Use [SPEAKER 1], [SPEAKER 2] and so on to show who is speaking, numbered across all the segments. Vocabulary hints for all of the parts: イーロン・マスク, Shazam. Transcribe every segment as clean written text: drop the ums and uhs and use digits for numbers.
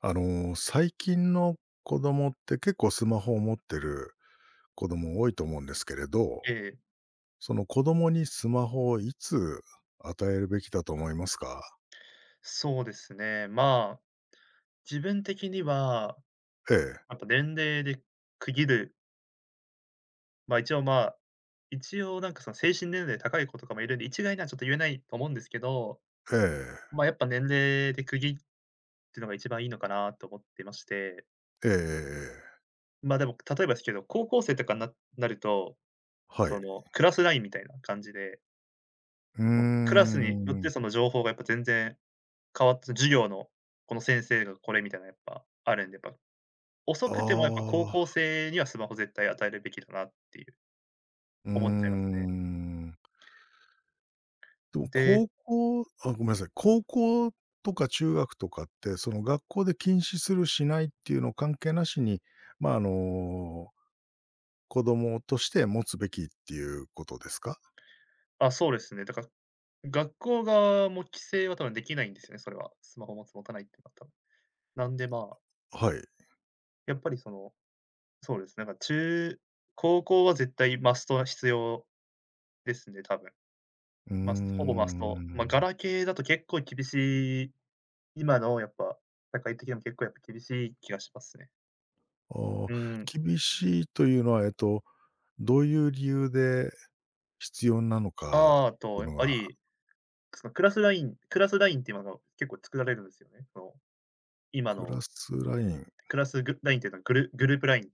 [SPEAKER 1] 最近の子供って結構スマホを持ってる子供多いと思うんですけれど、
[SPEAKER 2] ええ、
[SPEAKER 1] その子供にスマホをいつ与えるべきだと思いますか？
[SPEAKER 2] そうですね。まあ、自分的には、
[SPEAKER 1] ええ、
[SPEAKER 2] やっぱ年齢で区切る、まあ、一応なんかその精神年齢高い子とかもいるんで、一概にはちょっと言えないと思うんですけど、
[SPEAKER 1] ええ、
[SPEAKER 2] まあ、やっぱ年齢で区切るのが一番いいのかなと思ってまして、
[SPEAKER 1] ええええええええ、
[SPEAKER 2] まあ、でも例えばですけど、高校生とかになると、
[SPEAKER 1] は
[SPEAKER 2] そ
[SPEAKER 1] い。
[SPEAKER 2] のクラスラインみたいな感じで、
[SPEAKER 1] うー
[SPEAKER 2] もうクラスによっ
[SPEAKER 1] ん。
[SPEAKER 2] てその情報がやっぱ全然変わって、授業のこの先生がこれみたいなやっぱあるんで、やっぱ
[SPEAKER 1] あ
[SPEAKER 2] 遅くてもやっぱ高校
[SPEAKER 1] あ、
[SPEAKER 2] 生にはスマホ絶対与えるべきだなっていう
[SPEAKER 1] うー
[SPEAKER 2] 思っちゃいますね。
[SPEAKER 1] ん。でも
[SPEAKER 2] で
[SPEAKER 1] 高校あ、ごめんなさい、高校とか中学とかって、その学校で禁止するしないっていうの関係なしに、まあ、子供として持つべきっていうことですか？
[SPEAKER 2] そうですね。だから学校側も規制は多分できないんですよね、それは。スマホ持つ持たないっていうのは多分なんでまあ、
[SPEAKER 1] はい。う
[SPEAKER 2] やっぱりその、そうですね、なんか中高校は絶対マストは必要ですね、多分。
[SPEAKER 1] ー
[SPEAKER 2] ほぼマスト。まあ、ガ
[SPEAKER 1] ん。
[SPEAKER 2] ラケーだと結構厳しい、今のやっぱ社会的にも結構やっぱ厳しい気がしますね。
[SPEAKER 1] ああ、
[SPEAKER 2] うん。
[SPEAKER 1] 厳しいというのは、どういう理由で必要なのか
[SPEAKER 2] ああ
[SPEAKER 1] って
[SPEAKER 2] と
[SPEAKER 1] いう
[SPEAKER 2] やっ
[SPEAKER 1] の
[SPEAKER 2] ぱ
[SPEAKER 1] が、
[SPEAKER 2] りそのクラスラインっていうのが結構作られるんですよね。その、今
[SPEAKER 1] クラ
[SPEAKER 2] の
[SPEAKER 1] スライン
[SPEAKER 2] クラスグラインっていうのはグルグループライン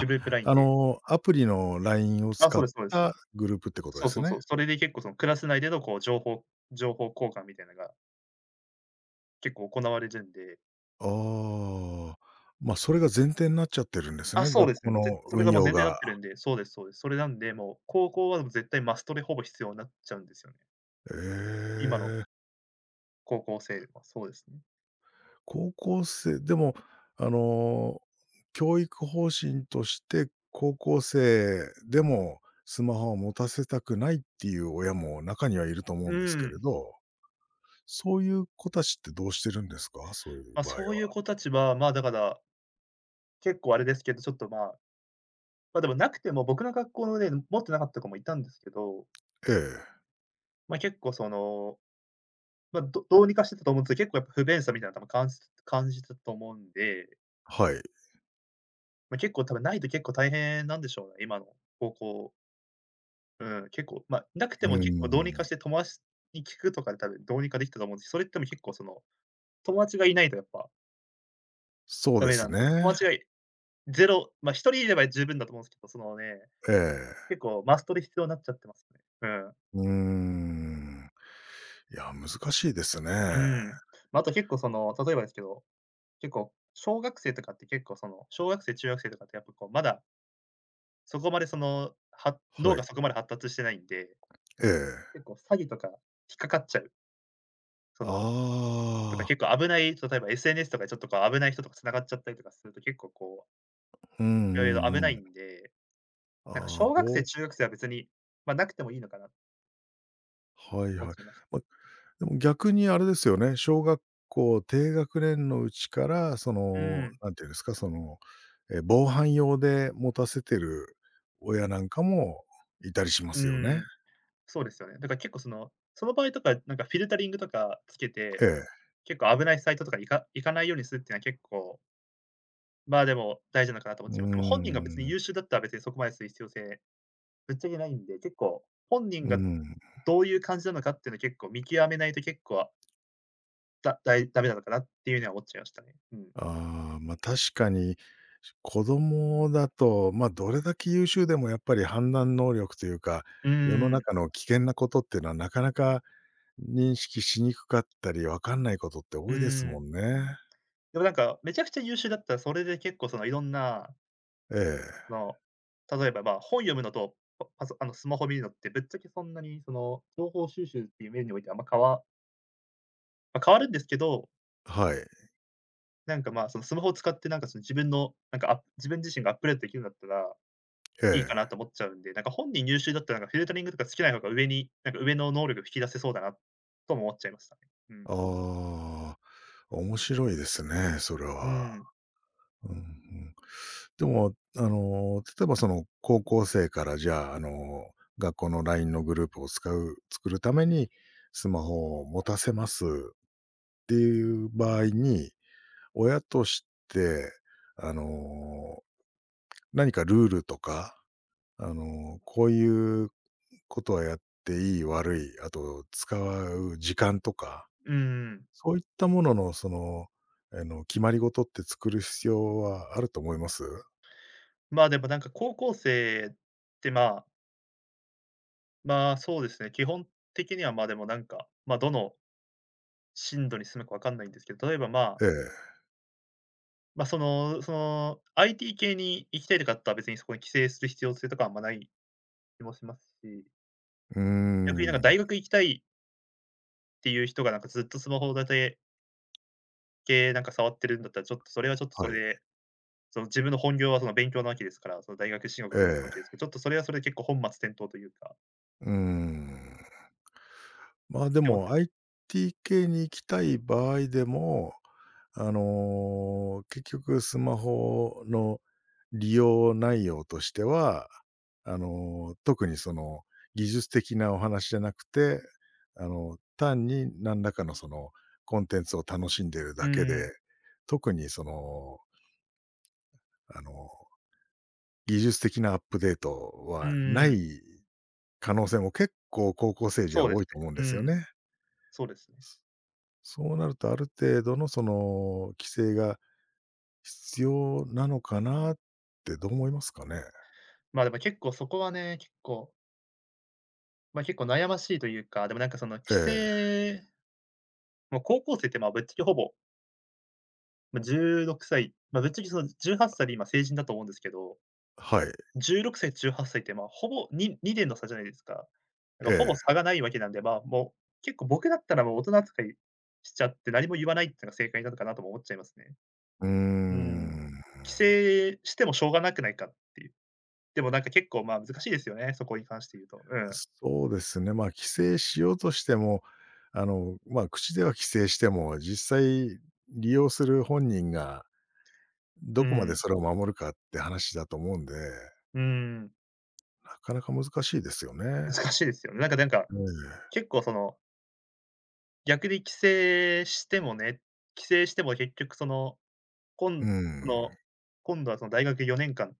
[SPEAKER 2] グループライン
[SPEAKER 1] あ
[SPEAKER 2] で
[SPEAKER 1] の、アプリのラインを
[SPEAKER 2] あ、
[SPEAKER 1] 使
[SPEAKER 2] そう
[SPEAKER 1] っ
[SPEAKER 2] ですそうで
[SPEAKER 1] た
[SPEAKER 2] す。
[SPEAKER 1] グループってことで
[SPEAKER 2] そう
[SPEAKER 1] す
[SPEAKER 2] そうそ
[SPEAKER 1] ね。
[SPEAKER 2] う。それで結構そのクラス内でのこう情報交換みたいなのが結構行われるんで。
[SPEAKER 1] ああ、ま、それが前提になっちゃってるんです
[SPEAKER 2] あ、
[SPEAKER 1] ね、
[SPEAKER 2] そう
[SPEAKER 1] 学
[SPEAKER 2] ですね。
[SPEAKER 1] 校
[SPEAKER 2] も
[SPEAKER 1] の
[SPEAKER 2] うぜそれ
[SPEAKER 1] 運
[SPEAKER 2] がもう前
[SPEAKER 1] 用
[SPEAKER 2] 提にな
[SPEAKER 1] が。
[SPEAKER 2] ってるんで、そうですそうです。それなんで、もう高校は絶対マストでほぼ必要になっちゃうんですよね。
[SPEAKER 1] え
[SPEAKER 2] 今の
[SPEAKER 1] え。
[SPEAKER 2] 高校生はそうですね。
[SPEAKER 1] 高校生でも、あの、教育方針として、高校生でもスマホを持たせたくないっていう親も中にはいると思う
[SPEAKER 2] う
[SPEAKER 1] んですけれ
[SPEAKER 2] ん。
[SPEAKER 1] ど、そういう子たちってどうしてるんですか？そういう
[SPEAKER 2] まあ、
[SPEAKER 1] 場合は。
[SPEAKER 2] そういう子たちは、まあ、だから、結構あれですけど、ちょっとまあ、でもなくても、僕の学校のね、持ってなかった子もいたんですけど、
[SPEAKER 1] ええ、
[SPEAKER 2] ま、結構その、ま、どうにかしてたと思うんですけど、結構やっぱ不便さみたいなの多分感じてたと思うんで、
[SPEAKER 1] はい。う
[SPEAKER 2] ま、結構多分ないと結構大変なんでしょうね、今の高校。うん、結構、ま、なくて
[SPEAKER 1] ー
[SPEAKER 2] も結構どうにか
[SPEAKER 1] ん、
[SPEAKER 2] して友達に聞くとかで多分どうにかできたと思うんですけど、それっても結構その、友達がいないとやっぱ
[SPEAKER 1] そう
[SPEAKER 2] ダ
[SPEAKER 1] で
[SPEAKER 2] メな
[SPEAKER 1] す
[SPEAKER 2] んで、友
[SPEAKER 1] ね。
[SPEAKER 2] 達がゼロま、一人いれば十分だと思うんですけど、そのね、
[SPEAKER 1] ええ。
[SPEAKER 2] 結構マストで必要になっちゃってますね。うん。
[SPEAKER 1] うーん。いや、難しいですね。
[SPEAKER 2] うん。まあ、あと結構その、例えばですけど結構、小学生とかって結構その、小学生、中学生とかってやっぱこう、まだそこまでその、脳
[SPEAKER 1] は
[SPEAKER 2] が
[SPEAKER 1] い。
[SPEAKER 2] そこまで発達してないんで、
[SPEAKER 1] ええ。
[SPEAKER 2] 結構詐欺とか引っかかっちゃう。その、とか
[SPEAKER 1] ああ、
[SPEAKER 2] 結構危ない、例えば SNS とかでちょっとこう危ない人とか繋がっちゃったりとかすると結構こ
[SPEAKER 1] うんう
[SPEAKER 2] う、いろいろ危
[SPEAKER 1] ん
[SPEAKER 2] な
[SPEAKER 1] う
[SPEAKER 2] い
[SPEAKER 1] ん。
[SPEAKER 2] んで、なんか
[SPEAKER 1] ああ、
[SPEAKER 2] 小学生、中学生は別に、ま、なくてもいいのかなと
[SPEAKER 1] はい
[SPEAKER 2] 思っ
[SPEAKER 1] はい。
[SPEAKER 2] ちゃいましたね。
[SPEAKER 1] ま、でも逆にあれですよね、小学校低学年のうちから、
[SPEAKER 2] うん、
[SPEAKER 1] なんていうんですか、防犯用で持たせてる親なんかもいたりしま
[SPEAKER 2] う
[SPEAKER 1] すよね。
[SPEAKER 2] ん、そうですよね。だから結構その、その場合とか、なんかフィルタリングとかつけ
[SPEAKER 1] え
[SPEAKER 2] て、
[SPEAKER 1] え。
[SPEAKER 2] 結構危ないサイトとか行かないようにするっていうのは結構まあ、でも、大事なのかなと思っ
[SPEAKER 1] うー
[SPEAKER 2] ちゃいます。もう本人が別に
[SPEAKER 1] ん、
[SPEAKER 2] 優秀だったら別にそこまでする必要性、ぶっちゃけないんで、結構、本人
[SPEAKER 1] う
[SPEAKER 2] が
[SPEAKER 1] ん。
[SPEAKER 2] どういう感じなのかっていうのを結構見極めないと結構、だだいダメなのかなっていうのは思っちゃいましたね。うん。
[SPEAKER 1] ああ、ま、確かに、子供だと、ま、どれだけ優秀でもやっぱり判断能力というか、
[SPEAKER 2] うー
[SPEAKER 1] 世の
[SPEAKER 2] ん、
[SPEAKER 1] 中の危険なことっていうのはなかなか認識しにくかったり、わかんないことって
[SPEAKER 2] う
[SPEAKER 1] 多いです
[SPEAKER 2] ー
[SPEAKER 1] も
[SPEAKER 2] ん。
[SPEAKER 1] んね。
[SPEAKER 2] でもなんか、めちゃくちゃ優秀だったら、それで結構そのいろんな、
[SPEAKER 1] ええ、
[SPEAKER 2] その、例えば、ま、本読むのと、パソあの、スマホ見るのってぶっちゃけそんなにその、情報収集っていう面においてあんま変わるんですけど
[SPEAKER 1] はい。
[SPEAKER 2] なんか、まあ、そのスマホを使って、なんか、その自分の、なんか、自分自身がアップデートできるんだったら
[SPEAKER 1] え
[SPEAKER 2] いいか
[SPEAKER 1] え。
[SPEAKER 2] なと思っちゃうんで、なんか、本人優秀だったら、なんか、フィルタリングとかつけない方が上に、なんか、上の能力引き出せそうだなとも思っちゃいましたね。うん。
[SPEAKER 1] ああ、面白いですね、それ
[SPEAKER 2] う
[SPEAKER 1] は。
[SPEAKER 2] ん。
[SPEAKER 1] うんうん。でも、例えばその高校生からじゃあ、学校の LINE のグループを作るためにスマホを持たせますっていう場合に、親として、あの、何かルールとか、こういうことはやっていい、悪い、あと使う時間とか
[SPEAKER 2] うん。
[SPEAKER 1] そういったものの、決まり事って作る必要はあると思います？
[SPEAKER 2] まあ、でも、なんか、高校生って、まあ、まあ、そうですね、基本的には、まあ、でも、なんか、まあ、どの進度に進むかわかんないんですけど、例えば、まあ、
[SPEAKER 1] ええ。
[SPEAKER 2] まあ、その IT 系に行きたいとかだったら別にそこに帰省する必要性とかはあんまない気もしますし、
[SPEAKER 1] うー
[SPEAKER 2] 逆になんか
[SPEAKER 1] ん。
[SPEAKER 2] 大学行きたいっていう人がなんかずっとスマホだけなんか触ってるんだったら、ちょっとそれはちょっとそ
[SPEAKER 1] はい。
[SPEAKER 2] れで、その自分の本業はその勉強なわけですから、その大学進学を
[SPEAKER 1] え
[SPEAKER 2] 目指すわ
[SPEAKER 1] え。
[SPEAKER 2] けですけど、ちょっとそれはそれで結構本末転倒というか、っ
[SPEAKER 1] うーん。まあ、で
[SPEAKER 2] て思っちゃ
[SPEAKER 1] も
[SPEAKER 2] います。
[SPEAKER 1] IT 系に行きたい場合でも結局スマホの利用内容としては、あの、特にその、技術的なお話じゃなくて、単に何らかのコンテンツを楽しんでいる
[SPEAKER 2] う
[SPEAKER 1] だけ
[SPEAKER 2] ーん、
[SPEAKER 1] で、特にその、あの、技術的なアップデート
[SPEAKER 2] う
[SPEAKER 1] は
[SPEAKER 2] ん
[SPEAKER 1] な
[SPEAKER 2] うん。
[SPEAKER 1] い可能性も結構高校生じゃ
[SPEAKER 2] そうで
[SPEAKER 1] 多
[SPEAKER 2] す
[SPEAKER 1] いと思うんで
[SPEAKER 2] ね。う
[SPEAKER 1] すよ
[SPEAKER 2] ん、
[SPEAKER 1] ね。
[SPEAKER 2] そうですね。
[SPEAKER 1] そうなるとある程度の規制が必要なのかなってどう思いますかね？
[SPEAKER 2] まあ、でも結構そこはね、結構、ま、結構悩ましいというか、でもなんかその帰
[SPEAKER 1] え
[SPEAKER 2] 省
[SPEAKER 1] え、
[SPEAKER 2] もう高校生ってまあぶっちゃけほぼ、まあ、16歳、ま、ぶっちゃけその18歳で今成人だと思うんですけど
[SPEAKER 1] はい、
[SPEAKER 2] 16歳、18歳っさいって、まあ、ほぼに2年の差じゃないですか。だから
[SPEAKER 1] え
[SPEAKER 2] ほぼ
[SPEAKER 1] え。
[SPEAKER 2] 差がないわけなんで、まあ、もう、結構僕だったらもう大人扱いしちゃって何も言わないっていうのが正解なのかなとも思っちゃいますね。
[SPEAKER 1] うー
[SPEAKER 2] うん。
[SPEAKER 1] ん。
[SPEAKER 2] 規制してもしょうがなくないかっていう。でもなんか結構、まあ、難しいですよね、そこに関して言うと。うん。
[SPEAKER 1] そうですね、まあ、規制しようとしても、まあ、口では規制しても、実際利用する本人が
[SPEAKER 2] う
[SPEAKER 1] どこま
[SPEAKER 2] ん。
[SPEAKER 1] でそれを守るかって話だと思うんで、
[SPEAKER 2] うん。
[SPEAKER 1] なかなか難しいですよね。
[SPEAKER 2] 難しいですよね。
[SPEAKER 1] え
[SPEAKER 2] 結構その、逆に規制してもね、規制しても結局その、
[SPEAKER 1] え、う
[SPEAKER 2] 今そ
[SPEAKER 1] ん、
[SPEAKER 2] の、今度はその大学4年間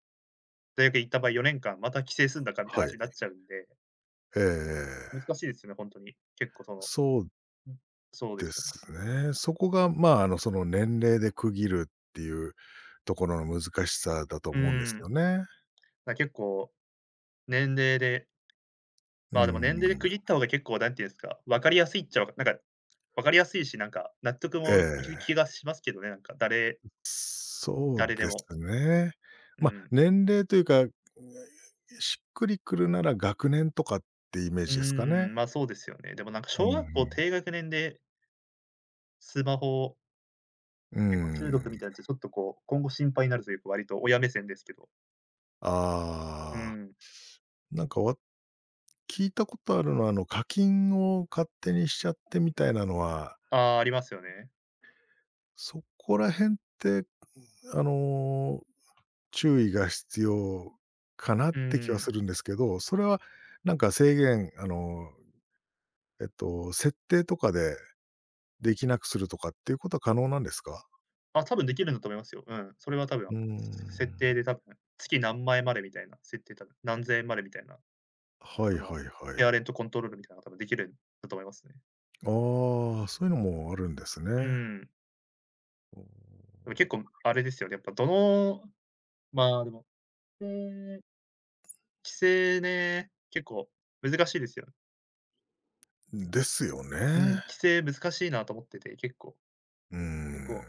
[SPEAKER 2] 大学行った場合、4年間また帰省すんだかみたいな
[SPEAKER 1] はい、
[SPEAKER 2] 話になっちゃうんで、
[SPEAKER 1] え
[SPEAKER 2] 難
[SPEAKER 1] え。
[SPEAKER 2] しいですよね、ほんとに。結構その
[SPEAKER 1] そう
[SPEAKER 2] うん、そうで
[SPEAKER 1] で
[SPEAKER 2] すよね。
[SPEAKER 1] すね。そこが、まあ、その年齢で区切るっていうところの難しさだと
[SPEAKER 2] う
[SPEAKER 1] 思うんで
[SPEAKER 2] ー
[SPEAKER 1] す
[SPEAKER 2] ん。
[SPEAKER 1] よね。
[SPEAKER 2] だ、結構年齢で、ま
[SPEAKER 1] う
[SPEAKER 2] あ、でも
[SPEAKER 1] ん、
[SPEAKER 2] 年齢で区切った方が結構なんていうんですか、分かりやすいっちゃわなんか分かりやすいし、なんか納得
[SPEAKER 1] え
[SPEAKER 2] もいく
[SPEAKER 1] え。
[SPEAKER 2] 気がしますけどね、なんか誰
[SPEAKER 1] そう
[SPEAKER 2] 誰で
[SPEAKER 1] で
[SPEAKER 2] も。
[SPEAKER 1] すね。
[SPEAKER 2] う
[SPEAKER 1] ま、
[SPEAKER 2] ん。
[SPEAKER 1] 年齢というか、しっくりくるなら学年とかってイメー
[SPEAKER 2] うー
[SPEAKER 1] ジですかね。
[SPEAKER 2] ん、ま、そうですよね。でもなんか
[SPEAKER 1] う
[SPEAKER 2] 小学校
[SPEAKER 1] ん
[SPEAKER 2] 低学年でスマホ
[SPEAKER 1] う
[SPEAKER 2] 結構
[SPEAKER 1] ん。うー
[SPEAKER 2] 中毒み
[SPEAKER 1] ん。
[SPEAKER 2] たいなやつ、ちょっとこう、今後心配になるというか、割と親目線ですけど。う
[SPEAKER 1] ああ、
[SPEAKER 2] ん。
[SPEAKER 1] なんか聞いたことあるのは、あの課金を勝手にしちゃってみたいなのは、
[SPEAKER 2] ああ、ありますよね。
[SPEAKER 1] そこら辺って、あの、注意が必要かなっ
[SPEAKER 2] う
[SPEAKER 1] て気はす
[SPEAKER 2] ん。
[SPEAKER 1] るんですけど、それはなんか制限、設定とかでできなくするとかっていうことは可能なんですか？
[SPEAKER 2] あ、多分できるんだと思いますよ。うん。それは多分、
[SPEAKER 1] うー
[SPEAKER 2] 設
[SPEAKER 1] ん。
[SPEAKER 2] 定で多分、月何枚までみたいな、設定多分、何千円までみたいな、
[SPEAKER 1] はい
[SPEAKER 2] あの、
[SPEAKER 1] はいはい。
[SPEAKER 2] ペアレントコントロールみたいなのが多分できるんだと思いますね。
[SPEAKER 1] ああ、そういうのもあるんですね。
[SPEAKER 2] うん。でも結構あれですよね、やっぱどのまあ、でも、えー規制ね、結構難しいですよね。結
[SPEAKER 1] で
[SPEAKER 2] 構、
[SPEAKER 1] すよ
[SPEAKER 2] うん、規
[SPEAKER 1] ね。
[SPEAKER 2] 制難しいなと思ってて、結構。
[SPEAKER 1] うー
[SPEAKER 2] 結
[SPEAKER 1] ん。
[SPEAKER 2] 構、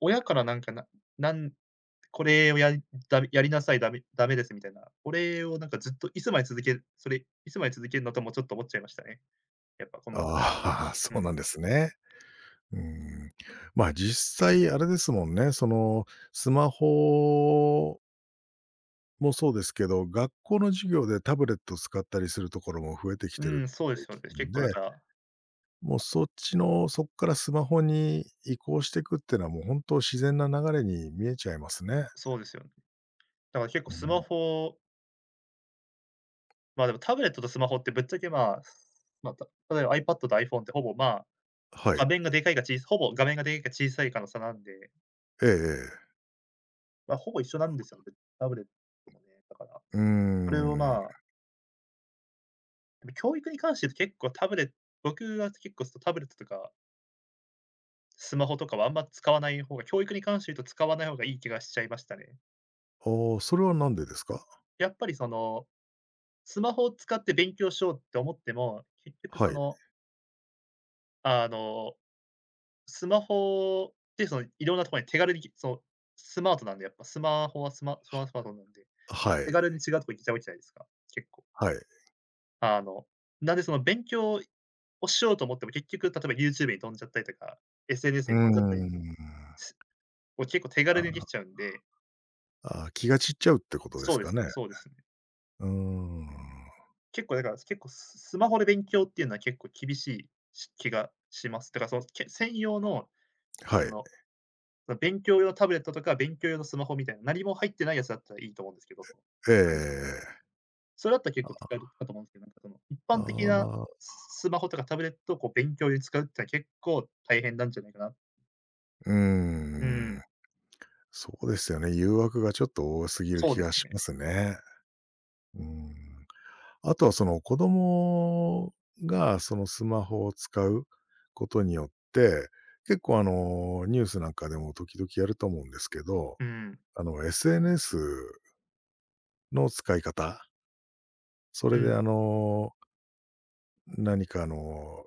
[SPEAKER 2] 親からなんか、ななんこれをやりだめやりなさい、ダメダメですみたいな。これをなんかずっといつまで続けるのとも、ちょっと思っちゃいましたね。やっぱこの
[SPEAKER 1] ああ、そ
[SPEAKER 2] う
[SPEAKER 1] う
[SPEAKER 2] ん。
[SPEAKER 1] なんですね。うん。まあ、実際あれですもんね、そのスマホもそうですけど、学校の授業でタブレットを使ったりするところも増えてき
[SPEAKER 2] う
[SPEAKER 1] てる
[SPEAKER 2] ん、そ
[SPEAKER 1] っ
[SPEAKER 2] うですよ
[SPEAKER 1] て
[SPEAKER 2] ね。
[SPEAKER 1] 聞くん
[SPEAKER 2] 結構だ
[SPEAKER 1] で、
[SPEAKER 2] から、
[SPEAKER 1] もうそっちの、そっからスマホに移行してくってのはもう本当自然な流れに見えちゃいますね。
[SPEAKER 2] そうですよね。だから結構
[SPEAKER 1] う
[SPEAKER 2] スマ
[SPEAKER 1] ん。
[SPEAKER 2] ホまあ、でもタブレットとスマホってぶっちゃけまあ、例えば iPad と iPhone ってほぼまあ、
[SPEAKER 1] は
[SPEAKER 2] 画
[SPEAKER 1] い。
[SPEAKER 2] 面がでかいかちいほぼ画面がでかいか小さいかの差なんで、
[SPEAKER 1] ええええ。
[SPEAKER 2] まあ、ほぼ一緒なんですよね。タブレットもね、だから。
[SPEAKER 1] うー
[SPEAKER 2] それを
[SPEAKER 1] ん。
[SPEAKER 2] まあ、でも教育に関して言うと結構タブレット僕は結構そのタブレットとかスマホとかはあんま使わない方が、教育に関して言うと使わない方がいい気がしちゃいましたね。
[SPEAKER 1] ああ、それはなんでですか？
[SPEAKER 2] やっぱりその、スマホを使って勉強しようって思っても、結局
[SPEAKER 1] は
[SPEAKER 2] そ
[SPEAKER 1] い。
[SPEAKER 2] の、あの、スマホでそのいろんなところに手軽にそう、スマートなんで、やっぱスマホはスマートなんで、
[SPEAKER 1] はい。
[SPEAKER 2] 手軽に違うとこ行けちゃうじゃないですか、結構。
[SPEAKER 1] はい。
[SPEAKER 2] あの、なんでその勉強をしようと思っても結局例えば YouTube に飛んじゃったりとか、SNS
[SPEAKER 1] うー
[SPEAKER 2] に飛んじゃったり、
[SPEAKER 1] ん。
[SPEAKER 2] すを結構手軽にで
[SPEAKER 1] あ
[SPEAKER 2] きちゃうんで、
[SPEAKER 1] あ、気が散っちゃうってことで
[SPEAKER 2] そう
[SPEAKER 1] す
[SPEAKER 2] で
[SPEAKER 1] か
[SPEAKER 2] す
[SPEAKER 1] ね。
[SPEAKER 2] ね、そうですね。
[SPEAKER 1] うーん。
[SPEAKER 2] 結構だから、結構スマホで勉強っていうのは結構厳しいし気がします。だからその、専用の、
[SPEAKER 1] は
[SPEAKER 2] あ
[SPEAKER 1] い。
[SPEAKER 2] の、その勉強用タブレットとか勉強用のスマホみたいな、何も入ってないやつだったらいいと思うんですけど、その、
[SPEAKER 1] ええ
[SPEAKER 2] 他にその、
[SPEAKER 1] ええ。
[SPEAKER 2] それだったら結構使えるかと思うんですけど、なんかその、一般的
[SPEAKER 1] あ
[SPEAKER 2] な
[SPEAKER 1] あ、
[SPEAKER 2] スマホとかタブレットをこう勉強に使うってのは結構大変なんじゃないかな。
[SPEAKER 1] うー
[SPEAKER 2] う
[SPEAKER 1] ん。
[SPEAKER 2] ん、
[SPEAKER 1] そうですよね。誘惑がちょっと多すぎる
[SPEAKER 2] そう
[SPEAKER 1] 気
[SPEAKER 2] です
[SPEAKER 1] がし
[SPEAKER 2] ね。
[SPEAKER 1] ますね。うん。あとはその子供がそのスマホを使うことによって、結構ニュースなんかでも時々やると思うんですけど、
[SPEAKER 2] うん、
[SPEAKER 1] SNS の使い方、そ
[SPEAKER 2] う
[SPEAKER 1] れで
[SPEAKER 2] ん、
[SPEAKER 1] あの、何か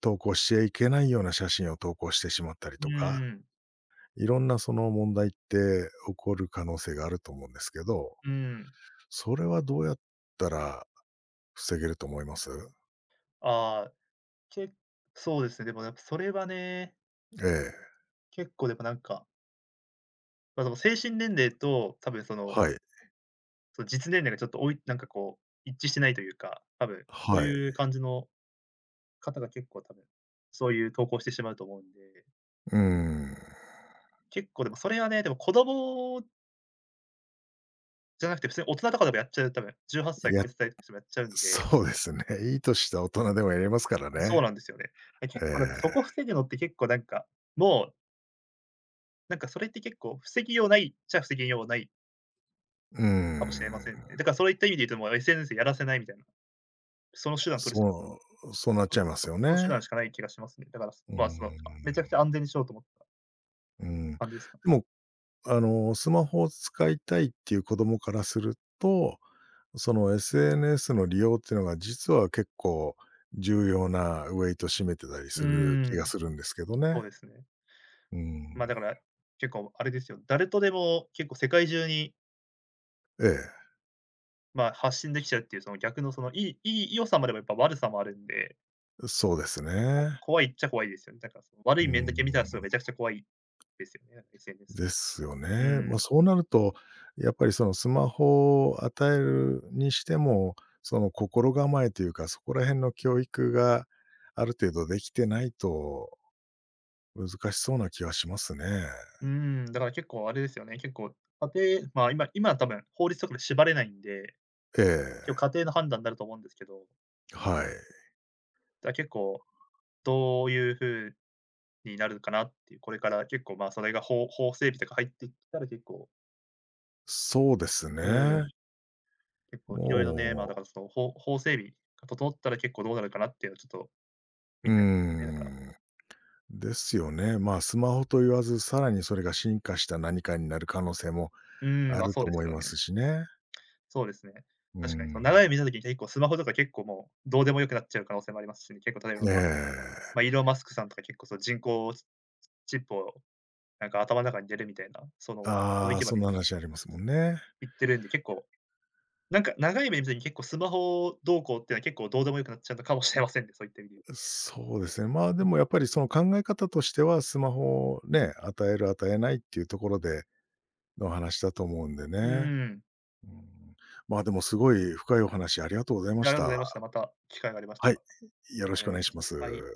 [SPEAKER 1] 投稿しちゃいけないような写真を投稿してしまったり
[SPEAKER 2] う
[SPEAKER 1] とか、
[SPEAKER 2] ん、
[SPEAKER 1] いろんなその問題って起こる可能性があると思うんですけど、
[SPEAKER 2] うん。
[SPEAKER 1] それはどうやったら防げると思います？
[SPEAKER 2] ああ、けそうですね、でもやっぱそれはね、
[SPEAKER 1] ええ、
[SPEAKER 2] 結構でもなんかまあ、その精神年齢と、多分その、
[SPEAKER 1] はい、
[SPEAKER 2] その実年齢がちょっとなんかこう、一致してないというか、多分そう
[SPEAKER 1] は
[SPEAKER 2] い
[SPEAKER 1] い。
[SPEAKER 2] う感じの方が結構多分、そういう投稿してしまうと思うんで、
[SPEAKER 1] うーん。
[SPEAKER 2] 結構でもそれはね、でも子供じゃなくて普通に大人とかでもやっちゃう、多分18
[SPEAKER 1] い
[SPEAKER 2] 歳超
[SPEAKER 1] や、
[SPEAKER 2] え てたりとかしてもやっちゃうんで、
[SPEAKER 1] そうですね。いい年した大人でもやりますから
[SPEAKER 2] そう
[SPEAKER 1] ね。
[SPEAKER 2] なんですよね。え、
[SPEAKER 1] え
[SPEAKER 2] 結
[SPEAKER 1] え。
[SPEAKER 2] 構なんかそこ防ぐのって結構なんか、もう、なんかそれって結構防ぎようないっちゃ防ぎようない
[SPEAKER 1] うー
[SPEAKER 2] かもしれません
[SPEAKER 1] ん。
[SPEAKER 2] ね。だからそういった意味で言うともう SNS やらせないみたいな、その手段取り
[SPEAKER 1] そう、そうなっ
[SPEAKER 2] う
[SPEAKER 1] ち
[SPEAKER 2] ん、
[SPEAKER 1] ゃいます
[SPEAKER 2] そ
[SPEAKER 1] よ
[SPEAKER 2] その手
[SPEAKER 1] ね。
[SPEAKER 2] 段しかない気がしますね。だから、
[SPEAKER 1] うー
[SPEAKER 2] まあ、その、
[SPEAKER 1] ん。
[SPEAKER 2] あ、めちゃくちゃ安全にしようと思った
[SPEAKER 1] うん。で
[SPEAKER 2] 感じですか？
[SPEAKER 1] も、スマホを使いたいっていう子供からすると、その SNS の利用っていうのが実は結構重要なウェイト占めてたり
[SPEAKER 2] うー
[SPEAKER 1] する気が
[SPEAKER 2] ん、
[SPEAKER 1] するんですけど
[SPEAKER 2] そ
[SPEAKER 1] ね。
[SPEAKER 2] うですね。
[SPEAKER 1] うん。
[SPEAKER 2] まあ、だから、結構あれですよ、誰とでも結構世界中に、
[SPEAKER 1] え
[SPEAKER 2] まあ、発信できちゃうっていう、その逆のその、いいいい良さもあれば、やっぱ悪さもあるんで、
[SPEAKER 1] え、そうですね。
[SPEAKER 2] 怖いっちゃ怖いですよね。だからその悪
[SPEAKER 1] う
[SPEAKER 2] い面だ
[SPEAKER 1] ん、
[SPEAKER 2] け見たら、それめちゃくちゃ怖いですよね、なんか SNS。
[SPEAKER 1] ですよ
[SPEAKER 2] う
[SPEAKER 1] ね。まあ、
[SPEAKER 2] ん。
[SPEAKER 1] そうなると、やっぱりそのスマホを与えるにしても、その心構えというか、そこら辺の教育がある程度できてないと難しそうな気はしますね。
[SPEAKER 2] うん、だから結構あれですよね、結構家庭まあ、今は多分法律とかで縛れないんで、
[SPEAKER 1] え
[SPEAKER 2] 結構
[SPEAKER 1] え、
[SPEAKER 2] 家庭の判断になると思うんですけど、
[SPEAKER 1] はい。
[SPEAKER 2] だから結構どういう風になるかなっていう、これから結構、まあ、それが法整備とか入ってきたら結構、
[SPEAKER 1] そうです
[SPEAKER 2] う
[SPEAKER 1] ね。
[SPEAKER 2] ん、結構いろいろね、まあ、だか
[SPEAKER 1] も
[SPEAKER 2] らその、法整備が整ったら結構どうなるかなっていうのはちょっと
[SPEAKER 1] う、
[SPEAKER 2] 見
[SPEAKER 1] うー
[SPEAKER 2] ちゃいますよね、だから。
[SPEAKER 1] ん、ですよね。まあ、スマホと言わず、さらにそれが進化した何かになる可能性も
[SPEAKER 2] うん、
[SPEAKER 1] あ
[SPEAKER 2] まあ、
[SPEAKER 1] る
[SPEAKER 2] そう
[SPEAKER 1] と
[SPEAKER 2] です
[SPEAKER 1] 思い
[SPEAKER 2] よ
[SPEAKER 1] ま
[SPEAKER 2] ね。
[SPEAKER 1] すしね。
[SPEAKER 2] そうですね。
[SPEAKER 1] う
[SPEAKER 2] 確かにそ
[SPEAKER 1] ん。
[SPEAKER 2] の長い目見た時に結構スマホとか結構もうどうでも良くなっちゃう可能性もありますしね、結構例えば、
[SPEAKER 1] え
[SPEAKER 2] まあ、
[SPEAKER 1] え。
[SPEAKER 2] まあ、イーロン・マスクさんとか結構その人工チップをなんか頭の中に入れるみたいな、その
[SPEAKER 1] ああ、
[SPEAKER 2] 域ま
[SPEAKER 1] そん
[SPEAKER 2] で
[SPEAKER 1] な話ありますもんね。
[SPEAKER 2] 行ってるんで、結構なんか長い目で見て結構スマホどうこうっていうのは結構どうでもよくなっちゃうのかもしれませんね、そういった意味で言うと。
[SPEAKER 1] そうですね。まあ、でもやっぱりその考え方としては、スマホをね、与える与えないっていうところでの話だと思うんで
[SPEAKER 2] うう
[SPEAKER 1] ね。
[SPEAKER 2] ーん。
[SPEAKER 1] うん。まあ、でもすごい深いお話ありがとうございま
[SPEAKER 2] じゃ、あ
[SPEAKER 1] し
[SPEAKER 2] りがとうござい
[SPEAKER 1] た。
[SPEAKER 2] ました。また機会がありました
[SPEAKER 1] は
[SPEAKER 2] ら
[SPEAKER 1] い、よろ
[SPEAKER 2] お
[SPEAKER 1] しく
[SPEAKER 2] 願
[SPEAKER 1] お
[SPEAKER 2] いい
[SPEAKER 1] 願い
[SPEAKER 2] た
[SPEAKER 1] し
[SPEAKER 2] し
[SPEAKER 1] ま
[SPEAKER 2] ます。
[SPEAKER 1] す。
[SPEAKER 2] はい。